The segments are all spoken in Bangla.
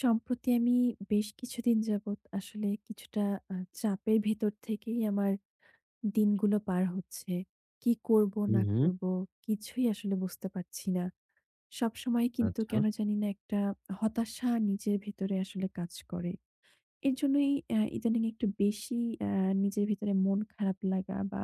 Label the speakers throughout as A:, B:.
A: সম্প্রতি আমি বেশ কিছুদিন যাবৎ আসলে কিছুটা আ চাপের ভেতর থেকেই আমার দিনগুলো পার হচ্ছে। কি করব
B: হুম,
A: না
B: হুম।
A: করব কিছুই আসলে বুঝতে পারছি না। সবসময় কিন্তু
B: আচ্ছা,
A: কেন জানি না একটা হতাশা নিজের ভেতরে আসলে কাজ করে। এর জন্যই ইদানিং একটু বেশি আ নিজের ভিতরে মন খারাপ লাগা বা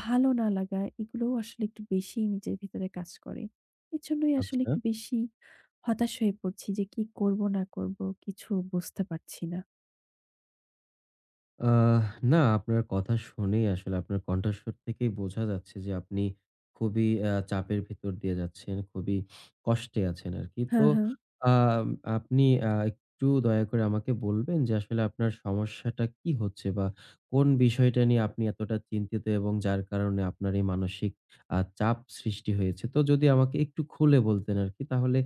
A: ভালো না লাগা এগুলোও আসলে একটু বেশি নিজের ভিতরে কাজ করে। এর জন্যই আসলে
B: আচ্ছা।
A: একটু বেশি হতাশ হয়ে পড়ছি যে কি করব না করব কিছু বুঝতে পারছি না।
B: আহ না আপনার কথা শুনেই আসলে আপনার কণ্ঠস্বর থেকেই বোঝা যাচ্ছে যে আপনি খুবই চাপের ভিতর দিয়ে যাচ্ছেন, খুবই কষ্টে আছেন আরকি।
A: হ্যাঁ,
B: তো
A: হ্যাঁ।
B: আম আপনি একটু দয়া করে আমাকে বলবেন যে আসলে আপনার সমস্যাটা কি হচ্ছে? বা কোন বিষয়টা নিয়ে আপনি এতটা চিন্তিত এবং যার কারণে আপনার এই মানসিক চাপ সৃষ্টি হয়েছে? তো যদি আমাকে একটু খুলে বলতেন আরকি, তাহলে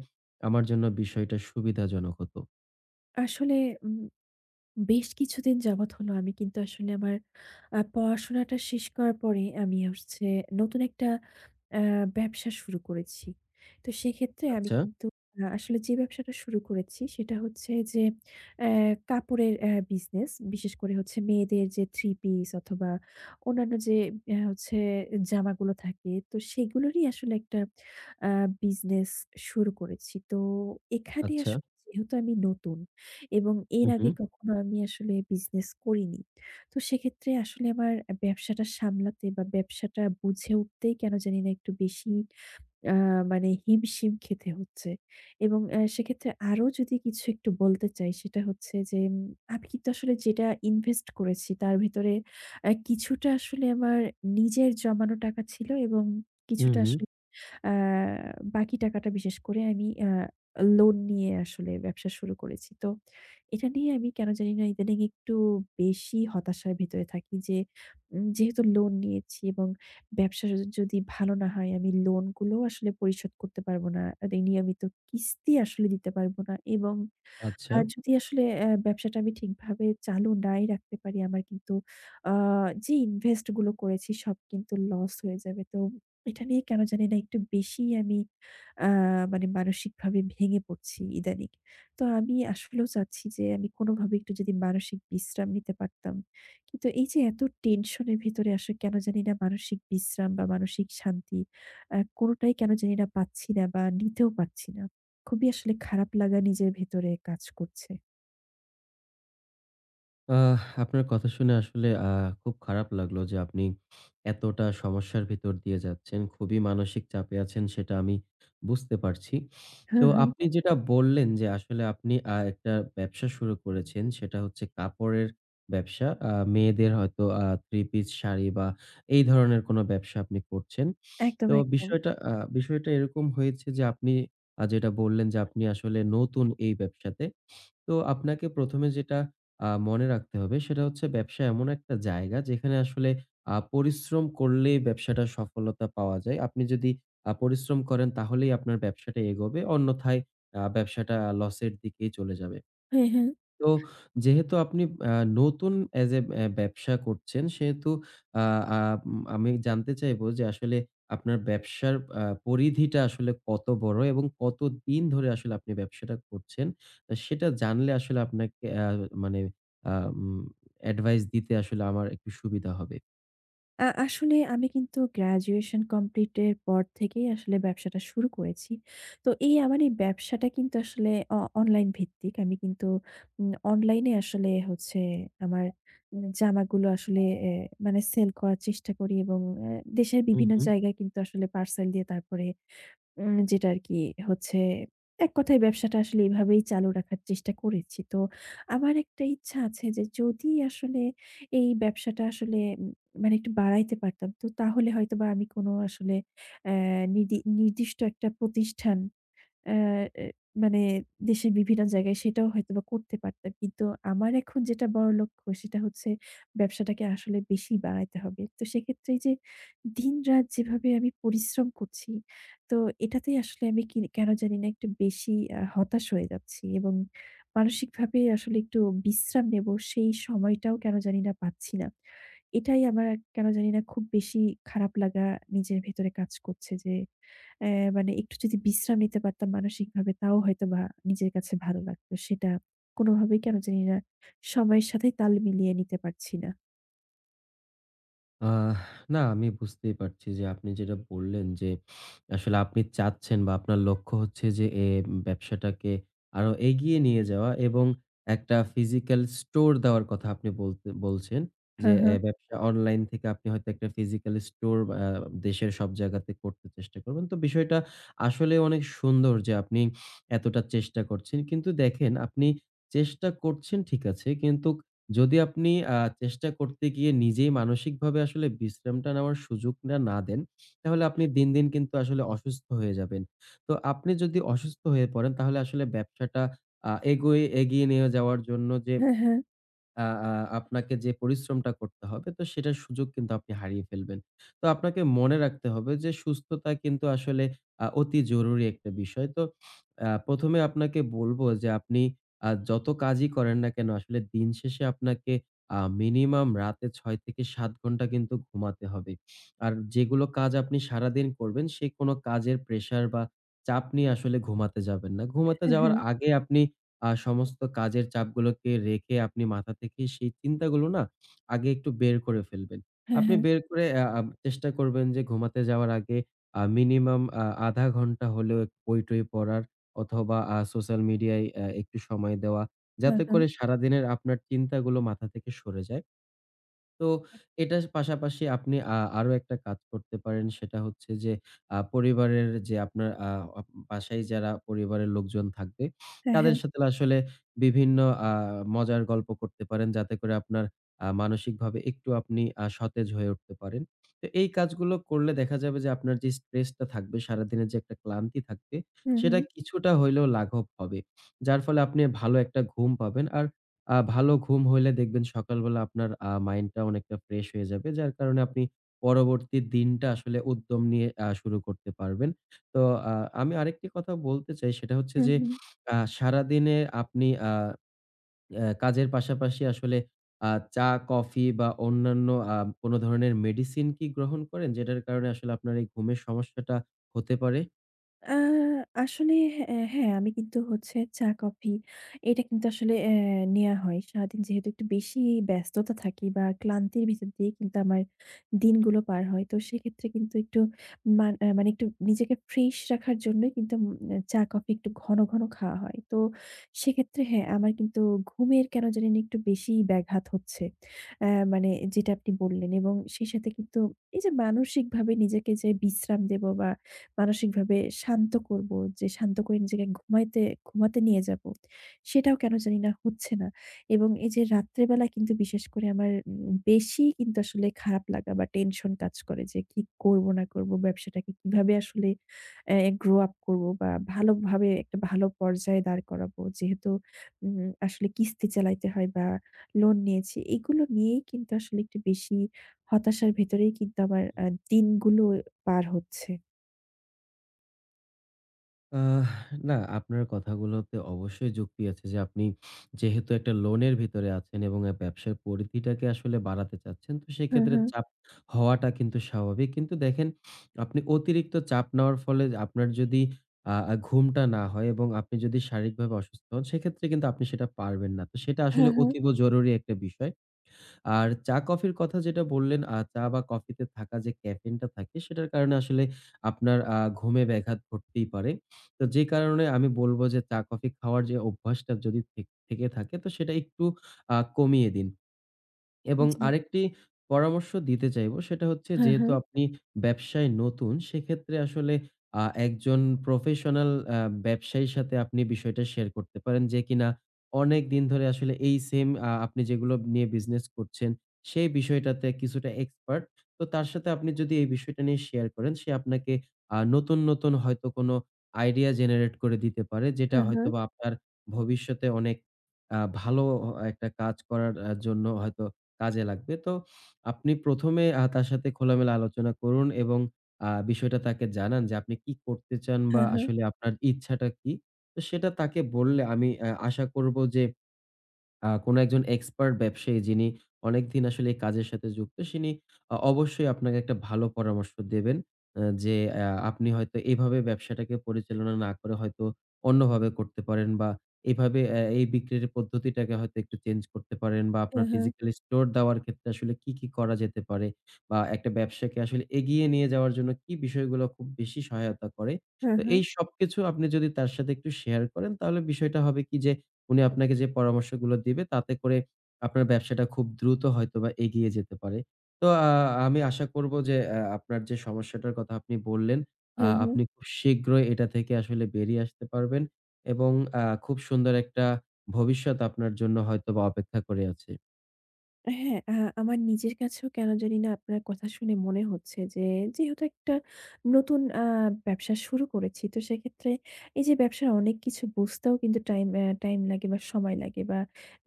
B: আমার জন্য বিষয়টা সুবিধাজনক হতো।
A: আসলে উম বেশ কিছুদিন যাবৎ হলো আমি কিন্তু আসলে আমার পড়াশোনাটা শেষ করার পরে আমি হচ্ছে নতুন একটা আ ব্যবসা শুরু করেছি। তো সেক্ষেত্রে আমি
B: আচ্ছা,
A: কিন্তু আসলে যে ব্যবসাটা শুরু করেছি সেটা হচ্ছে যে অ্যা কাপড়ের বিজনেস। বিশেষ করে হচ্ছে মেয়েদের যে থ্রি পিস অথবা অন্যান্য যে হচ্ছে জামাগুলো থাকে, তো সেগুলোরই আসলে একটা আ বিজনেস শুরু করেছি। তো এখানে
B: আচ্ছা।
A: আসলে যেহেতু আমি নতুন এবং এর
B: হু, হু,
A: আগে কখনো আমি আসলে বিজনেস করিনি। তো সেক্ষেত্রে আসলে আমার ব্যবসাটা সামলাতে বা ব্যবসাটা বুঝে উঠতেই কেন জানি না একটু বেশি আ মানে হিমশিম খেতে হচ্ছে। এবং সেক্ষেত্রে আরো যদি কিছু একটু বলতে চাই, সেটা হচ্ছে যে, আমি কিন্তু আসলে যেটা ইনভেস্ট করেছি তার ভেতরে কিছুটা আসলে আমার নিজের জমানো টাকা ছিল এবং
B: হু,
A: কিছুটা
B: হু।
A: আসলে আ বাকি টাকাটা বিশেষ করে আমি লোন নিয়ে আসলে ব্যবসা শুরু করেছি। তো এটা নিয়ে আমি কেন জানি না ইদানিং একটু বেশি হতাশার ভেতরে থাকি যে, যেহেতু লোন নিয়েছি এবং ব্যবসা যদি ভালো না হয়, আমি লোনগুলোও আসলে পরিশোধ করতে পারবো না। আর এই নিয়মিত কিস্তি আসলে দিতে পারবো না, এবং
B: আচ্ছা।
A: আর যদি আসলে ব্যবসাটা আমি ঠিকভাবে চালু নাই রাখতে পারি, আমার কিন্তু আ যে ইনভেস্ট গুলো করেছি সব কিন্তু লস হয়ে যাবে। তো এটা নিয়ে কেন জানি না একটু বেশিই আমি আ মানে মানসিকভাবে ভেঙে পড়ছি ইদানিং। তো আমি আসলেও চাচ্ছি যে আমি কোনোভাবে একটু যদি মানসিক বিশ্রাম নিতে পারতাম। কিন্তু এই যে এত টেনশনের ভেতরে আসলে কেন জানি না মানসিক বিশ্রাম বা মানসিক শান্তি কোনোটাই কেন জানি না পাচ্ছি না বা নিতেও পারছি না। খুবই আসলে খারাপ লাগা নিজের ভেতরে কাজ করছে।
B: আপনার কথা শুনে আসলে খুব খারাপ লাগলো যে আপনি এতটা সমস্যার ভিতর দিয়ে যাচ্ছেন। খুবই মানসিক চাপে আছেন, সেটা আমি বুঝতে পারছি। তো
A: হ্যাঁ, হ্যাঁ।
B: আপনি যেটা বললেন যে আসলে আপনি একটা ব্যবসা শুরু করেছেন, সেটা হচ্ছে কাপড়ের ব্যবসা। মেয়েদের হয়তো থ্রি পিস, শাড়ি বা এই ধরনের কোনো ব্যবসা আপনি করছেন।
A: একদম,
B: তো
A: একদম।
B: বিষয়টা এরকম হয়েছে যে আপনি যেটা বললেন যে আপনি আসলে নতুন এই ব্যবসাতে। তো আপনাকে ১ম এ যেটা মনে রাখতে হবে সেটা হচ্ছে, ব্যবসা এমন একটা জায়গা যেখানে আসলে পরিশ্রম করলেই ব্যবসাটা সফলতা পাওয়া যায়। আপনি যদি পরিশ্রম করেন তাহলেই আপনার ব্যবসাটা এগোবে। অন্যথায় ব্যবসাটা লসের দিকেই চলে যাবে।
A: হ্যাঁ, হ্যাঁ।
B: তো যেহেতু আপনি আ নতুন এজ এ ব্যবসা করছেন, সেহেতু আ আ উম আমি জানতে চাইবো যে আসলে আপনার ব্যবসার পরিধিটা আসলে কত বড় এবং কতদিন ধরে আসলে আপনি ব্যবসাটা করছেন? সেটা জানলে আসলে আপনাকে আ মানে আ উম অ্যাডভাইস দিতে আসলে আমার একটু সুবিধা হবে।
A: আসলে আমি কিন্তু গ্র্যাজুয়েশন কমপ্লিটের পর থেকেই আসলে ব্যবসাটা শুরু করেছি। তো এই আমার এই ব্যবসাটা কিন্তু আসলে অনলাইন ভিত্তিক। আমি কিন্তু অনলাইনে আসলে হচ্ছে আমার জামাগুলো আসলে এ মানে সেল করার চেষ্টা করি, এবং দেশের
B: হুম,
A: বিভিন্ন
B: হুম।
A: জায়গায় কিন্তু আসলে পার্সেল দিয়ে তারপরে যেটা আরকি হচ্ছে এক কথায় ব্যবসাটা আসলে এভাবেই চালু রাখার চেষ্টা করেছি। তো আমার একটা ইচ্ছা আছে যে যদি আসলে এই ব্যবসাটা আসলে মানে একটু বাড়াইতে পারতাম। তো তাহলে হয়তোবা আমি কোনো আসলে অ্যা নিদি নির্দিষ্ট একটা প্রতিষ্ঠান আ এ মানে দেশের বিভিন্ন জায়গায় সেটাও হয়তোবা করতে পারতাম। কিন্তু আমার এখন যেটা বড় লক্ষ্য সেটা হচ্ছে ব্যবসাটাকে আসলে বেশি বাড়াইতে হবে। তো সেক্ষেত্রে এই যে দিনরাত যেভাবে আমি পরিশ্রম করছি, তো এটাতেই আসলে আমি কি কেন জানি না একটু বেশি হতাশ হয়ে যাচ্ছি এবং মানসিকভাবে আসলে একটু বিশ্রাম নেব সেই সময়টাও কেন জানি না পাচ্ছি না। এটাই আমার কেন জানি না খুব বেশি খারাপ লাগা নিজের ভেতরে কাজ করছে যে অ্যা মানে একটু যদি বিশ্রাম নিতে পারতাম মানসিকভাবে, তাও হয়তোবা নিজের কাছে ভালো লাগতো। সেটা কোনোভাবেই কেন জানি না সময়ের সাথে তাল মিলিয়ে নিতে পারছি না।
B: আহ না, আমি বুঝতেই পারছি যে আপনি যেটা বললেন যে আসলে আপনি চাচ্ছেন বা আপনার লক্ষ্য হচ্ছে যে এ ব্যবসাটাকে আরো এগিয়ে নিয়ে যাওয়া এবং একটা ফিজিক্যাল স্টোর দেওয়ার কথা আপনি বলতে বলছেন, যে
A: হ্যাঁ, হ্যাঁ।
B: ব্যবসা অনলাইন থেকে আপনি হয়তো একটা ফিজিক্যাল স্টোর দেশের সব জায়গাতে করতে চেষ্টা করবেন। তো বিষয়টা আসলে অনেক সুন্দর যে আপনি এতটা চেষ্টা করছেন, কিন্তু দেখেন, আপনি চেষ্টা করছেন ঠিক আছে, কিন্তু যদি আপনি চেষ্টা করতে গিয়ে নিজেই মানসিকভাবে আসলে বিশ্রামটা নেওয়ার সুযোগটা না দেন, তাহলে আপনি দিন, দিন কিন্তু আসলে অসুস্থ হয়ে যাবেন। তো আপনি যদি অসুস্থ হয়ে পড়েন, তাহলে আসলে ব্যবসাটা এগিয়ে নিয়ে যাওয়ার জন্য যে
A: হ্যাঁ, হ্যাঁ।
B: আ আ আপনাকে যে পরিশ্রমটা করতে হবে, তো সেটার সুযোগ কিন্তু আপনি হারিয়ে ফেলবেন। তো আপনাকে মনে রাখতে হবে যে সুস্থতা কিন্তু আসলে অতি জরুরি একটা বিষয়। তো ১ম এ আপনাকে বলব যে আপনি যত কাজই করেন না কেন, আসলে দিন শেষে আপনাকে মিনিমাম রাতে ৬ থেকে ৭ ঘন্টা কিন্তু ঘুমাতে হবে। আর যেগুলো কাজ আপনি সারাদিন করবেন, সে কোন কাজের প্রেশার বা চাপ নিয়ে আসলে ঘুমাতে যাবেন না। ঘুমাতে
A: হ্যাঁ,
B: যাওয়ার
A: হ্যাঁ।
B: আগে আপনি সমস্ত কাজের চাপগুলোকে রেখে, আপনি মাথা থেকে সেই চিন্তাগুলো না আগে একটু বের করে ফেলবেন।
A: হ্যাঁ,
B: আপনি
A: হ্যাঁ।
B: বের করে আ আ চেষ্টা করবেন যে ঘুমাতে যাওয়ার আগে মিনিমাম ০.৫ ঘন্টা হলেও বই-টই পড়ার অথবা সোশ্যাল মিডিয়ায় একটু সময় দেওয়া।
A: হ্যাঁ,
B: যাতে
A: হ্যাঁ।
B: করে সারাদিনের আপনার চিন্তাগুলো মাথা থেকে সরে যায়। তো এটার পাশাপাশি আপনি আরো একটা কাজ করতে পারেন, সেটা হচ্ছে যে পরিবারের যে আপনার আ আপ বাসায় যারা পরিবারের লোকজন থাকবে,
A: হ্যাঁ,
B: তাদের
A: হ্যাঁ।
B: সাথে আসলে বিভিন্ন আ মজার গল্প করতে পারেন, যাতে করে আপনার মানসিকভাবে একটু আপনি সতেজ হয়ে উঠতে পারেন। তো এই কাজগুলো করলে দেখা যাবে যে আপনার যে স্ট্রেসটা থাকবে, সারাদিনের যে একটা ক্লান্তি থাকবে,
A: হু, হু।
B: সেটা কিছুটা হইলেও লাঘব হবে। যার ফলে আপনি ভালো একটা ঘুম পাবেন আর ভালো ঘুম হইলে দেখবেন সকালবেলা আপনার মাইন্ডটা অনেকটা ফ্রেশ হয়ে যাবে। যার কারণে আপনি পরবর্তী দিনটা আসলে উদ্যম নিয়ে শুরু করতে পারবেন। তো আ আমি আরেকটি কথা বলতে চাই, সেটা হচ্ছে
A: হু,
B: যে
A: হু।
B: সারাদিনে আপনি আ অ্যা কাজের পাশাপাশি আসলে আ চা, কফি বা অন্যান্য আ কোনো ধরনের মেডিসিন কি গ্রহণ করেন? যেটার কারণে আসলে আপনার এই ঘুমের সমস্যাটা হতে পারে?
A: আ আসলে হ্যাঁ, আমি কিন্তু হচ্ছে চা-কফি এটা কিন্তু আসলে নেয়া হয়। সারাদিন যেহেতু একটু বেশি ব্যস্ততা থাকি বা ক্লান্তির ভিতর দিয়ে কিন্তু আমার দিনগুলো পার হয়। তো সেক্ষেত্রে কিন্তু একটু মানে একটু নিজেকে ফ্রেশ রাখার জন্যই কিন্তু চা-কফি একটু ঘন, ঘন খাওয়া হয়। তো সেক্ষেত্রে হ্যাঁ, আমার কিন্তু ঘুমের কেন জানি না একটু বেশিই ব্যাঘাত হচ্ছে। মানে যেটা আপনি বললেন, এবং সেই সাথে কিন্তু এই যে মানসিকভাবে নিজেকে যে বিশ্রাম দেব বা মানসিকভাবে শান্ত করব, যে শান্ত করে নিজেকে ঘুমাতে নিয়ে যাব। সেটাও কেন জানি না হচ্ছে না। এবং এই যে রাত্রে বেলা কিন্তু বিশেষ করে আমার বেশি কিন্তু আসলে খারাপ লাগা বা টেনশন কাজ করে যে কি করব না করব, ব্যবসাটাকে কিভাবে আসলে grow up করব বা ভালোভাবে একটা ভালো পর্যায়ে দাঁড় করাবো। যেহেতু আসলে কিস্তি চালাইতে হয় বা লোন নিয়েছি। এগুলো নিয়েই কিন্তু আসলে একটু বেশি হতাশার ভেতরেই কিন্তু আমার দিনগুলো পার হচ্ছে।
B: আহ না, আপনার কথাগুলোতে অবশ্যই যুক্তি আছে যে আপনি যেহেতু একটা লোনের ভিতরে আছেন এবং ব্যবসার পরিধিটাকে আসলে বাড়াতে চাচ্ছেন। তো
A: হু,
B: সেক্ষেত্রে
A: হু।
B: চাপ হওয়াটা কিন্তু স্বাভাবিক। কিন্তু দেখেন, আপনি অতিরিক্ত চাপ নেওয়ার ফলে আপনার যদি আ আ ঘুমটা না হয় এবং আপনি যদি শারীরিকভাবে অসুস্থ হন, সেক্ষেত্রে কিন্তু আপনি সেটা পারবেন না। তো সেটা আসলে
A: হ্যাঁ, হ্যাঁ।
B: অতীব জরুরি একটা বিষয়। আর চা-কফির কথা যেটা বললেন, চা বা কফিতে থাকা যে ক্যাফেইনটা থাকে, সেটার কারণে আসলে আপনার ঘুমে ব্যাঘাত ঘটতেই পারে। তো যে কারণে আমি বলব যে চা-কফি খাওয়ার যে অভ্যাসটা যদি থেকে থাকে, তো সেটা একটু কমিয়ে দিন। এবং
A: জি।
B: আরেকটি পরামর্শ দিতে চাইবো, সেটা হচ্ছে
A: হ্যাঁ,
B: যেহেতু
A: হ্যাঁ।
B: আপনি ব্যবসায় নতুন, সেক্ষেত্রে আসলে একজন প্রফেশনাল আ ব্যবসায়ীর সাথে আপনি বিষয়টা শেয়ার করতে পারেন, যে কিনা অনেক দিন ধরে আসলে এই সেম আপনি যেগুলো নিয়ে বিজনেস করছেন সেই বিষয়টাতে কিছুটা এক্সপার্ট। তো তার সাথে আপনি যদি এই বিষয়টা নিয়ে শেয়ার করেন, সে আপনাকে নতুন, নতুন হয়তো কোনো আইডিয়া জেনারেট করে দিতে পারে, যেটা
A: হ্যাঁ, হ্যাঁ।
B: হয়তোবা আপনার ভবিষ্যতে অনেক ভালো একটা কাজ করার জন্য হয়তো কাজে লাগবে। তো আপনি ১ম এ তার সাথে খোলামেলা আলোচনা করুন এবং বিষয়টা তাকে জানান যে আপনি কি করতে চান বা
A: হ্যাঁ, হ্যাঁ।
B: আসলে আপনার ইচ্ছাটা কি? তো সেটা তাকে বললে আমি আশা করব যে কোনো একজন এক্সপার্ট ব্যবসায়ী, যিনি অনেকদিন আসলে এই কাজের সাথে যুক্ত, তিনি অবশ্যই আপনাকে একটা ভালো পরামর্শ দেবেন। আ যে আ আপনি হয়তো এভাবে ব্যবসাটাকে পরিচালনা না করে হয়তো অন্যভাবে করতে পারেন, বা এভাবে এই বিক্রির পদ্ধতিটাকে হয়তো একটু চেঞ্জ করতে পারেন, বা আপনার
A: হ্যাঁ, হ্যাঁ।
B: ফিজিক্যাল স্টোর দেওয়ার ক্ষেত্রে আসলে কি, কি করা যেতে পারে, বা একটা ব্যবসাকে আসলে এগিয়ে নিয়ে যাওয়ার জন্য কি বিষয়গুলো খুব বেশি সহায়তা করে।
A: হ্যাঁ,
B: তো
A: হ্যাঁ।
B: এই সবকিছু আপনি যদি তার সাথে একটু শেয়ার করেন, তাহলে বিষয়টা হবে কি যে উনি আপনাকে যে পরামর্শগুলো দিবে তাতে করে আপনার ব্যবসাটা খুব দ্রুত হয়তোবা এগিয়ে যেতে পারে। তো আমি আশা করব যে আপনার যে সমস্যাটার কথা আপনি বললেন,
A: হ্যাঁ, হ্যাঁ।
B: আপনি খুব শীঘ্রই এটা থেকে আসলে বেরিয়ে আসতে পারবেন এবং খুব সুন্দর একটা ভবিষ্যৎ আপনার জন্য হয়তোবা অপেক্ষা করে আছে।
A: হ্যাঁ, আমার নিজের কাছেও কেন জানি না আপনার কথা শুনে মনে হচ্ছে যে, যেহেতু একটা নতুন ব্যবসা শুরু করেছি, তো সেক্ষেত্রে এই যে ব্যবসার অনেক কিছু বুঝতেও কিন্তু টাইম লাগে বা সময় লাগে, বা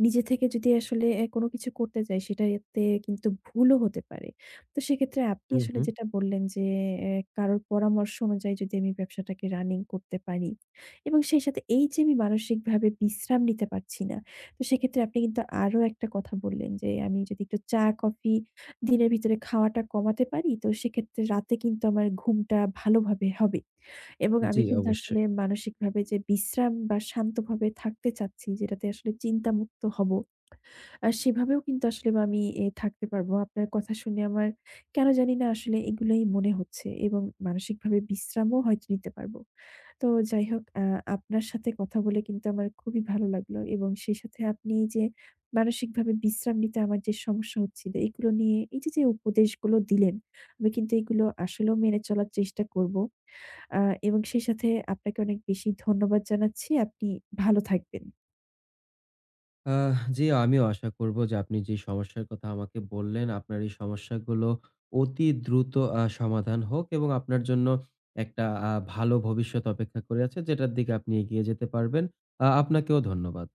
A: নিজে থেকে যদি আসলে কোনো কিছু করতে যাই সেটাতে কিন্তু ভুলও হতে পারে। তো সেক্ষেত্রে আপনি
B: হু,
A: আসলে
B: হু।
A: যেটা বললেন যে, অ্যা কারোর পরামর্শ অনুযায়ী যদি আমি ব্যবসাটাকে রানিং করতে পারি, এবং সেই সাথে এই যে আমি মানসিকভাবে বিশ্রাম নিতে পারছি না, তো সেক্ষেত্রে আপনি কিন্তু আরো একটা কথা বললেন যে, আমি যদি একটু চা, কফি দিনের ভিতরে খাওয়াটা কমাতে পারি, তো সেক্ষেত্রে রাতে কিন্তু আমার ঘুমটা ভালোভাবে হবে। এবং আমি
B: জি,
A: কিন্তু আসলে
B: অবশ্যই।
A: মানসিকভাবে যে বিশ্রাম বা শান্তভাবে থাকতে চাচ্ছি, যেটাতে আসলে চিন্তামুক্ত হব, সেভাবেও কিন্তু আসলে বা আমি এ থাকতে পারবো। আপনার কথা শুনে আমার কেন জানি না আসলে এগুলোই মনে হচ্ছে এবং মানসিকভাবে বিশ্রামও হয়তো নিতে পারবো। তো যাই হোক, আপনার সাথে কথা বলে কিন্তু আমার খুবই ভালো লাগলো, এবং সেই সাথে আপনি এই যে মানসিকভাবে বিশ্রাম নিতে আমার যে সমস্যা হচ্ছিল, এগুলো নিয়ে এই যে, যে উপদেশগুলো দিলেন, আমি কিন্তু এগুলো আসলেও মেনে চলার চেষ্টা করব। আ এবং সেই সাথে আপনাকে অনেক বেশি ধন্যবাদ জানাচ্ছি। আপনি ভালো থাকবেন।
B: জি, আমিও আশা করব যে আপনি যে সমস্যার কথা আমাকে বললেন, আপনার এই সমস্যাগুলো অতি দ্রুত সমাধান হোক এবং আপনার জন্য একটা ভালো ভবিষ্যৎ অপেক্ষা করে আছে, যেটার দিকে আপনি এগিয়ে যেতে পারবেন। আপনাকেও ধন্যবাদ।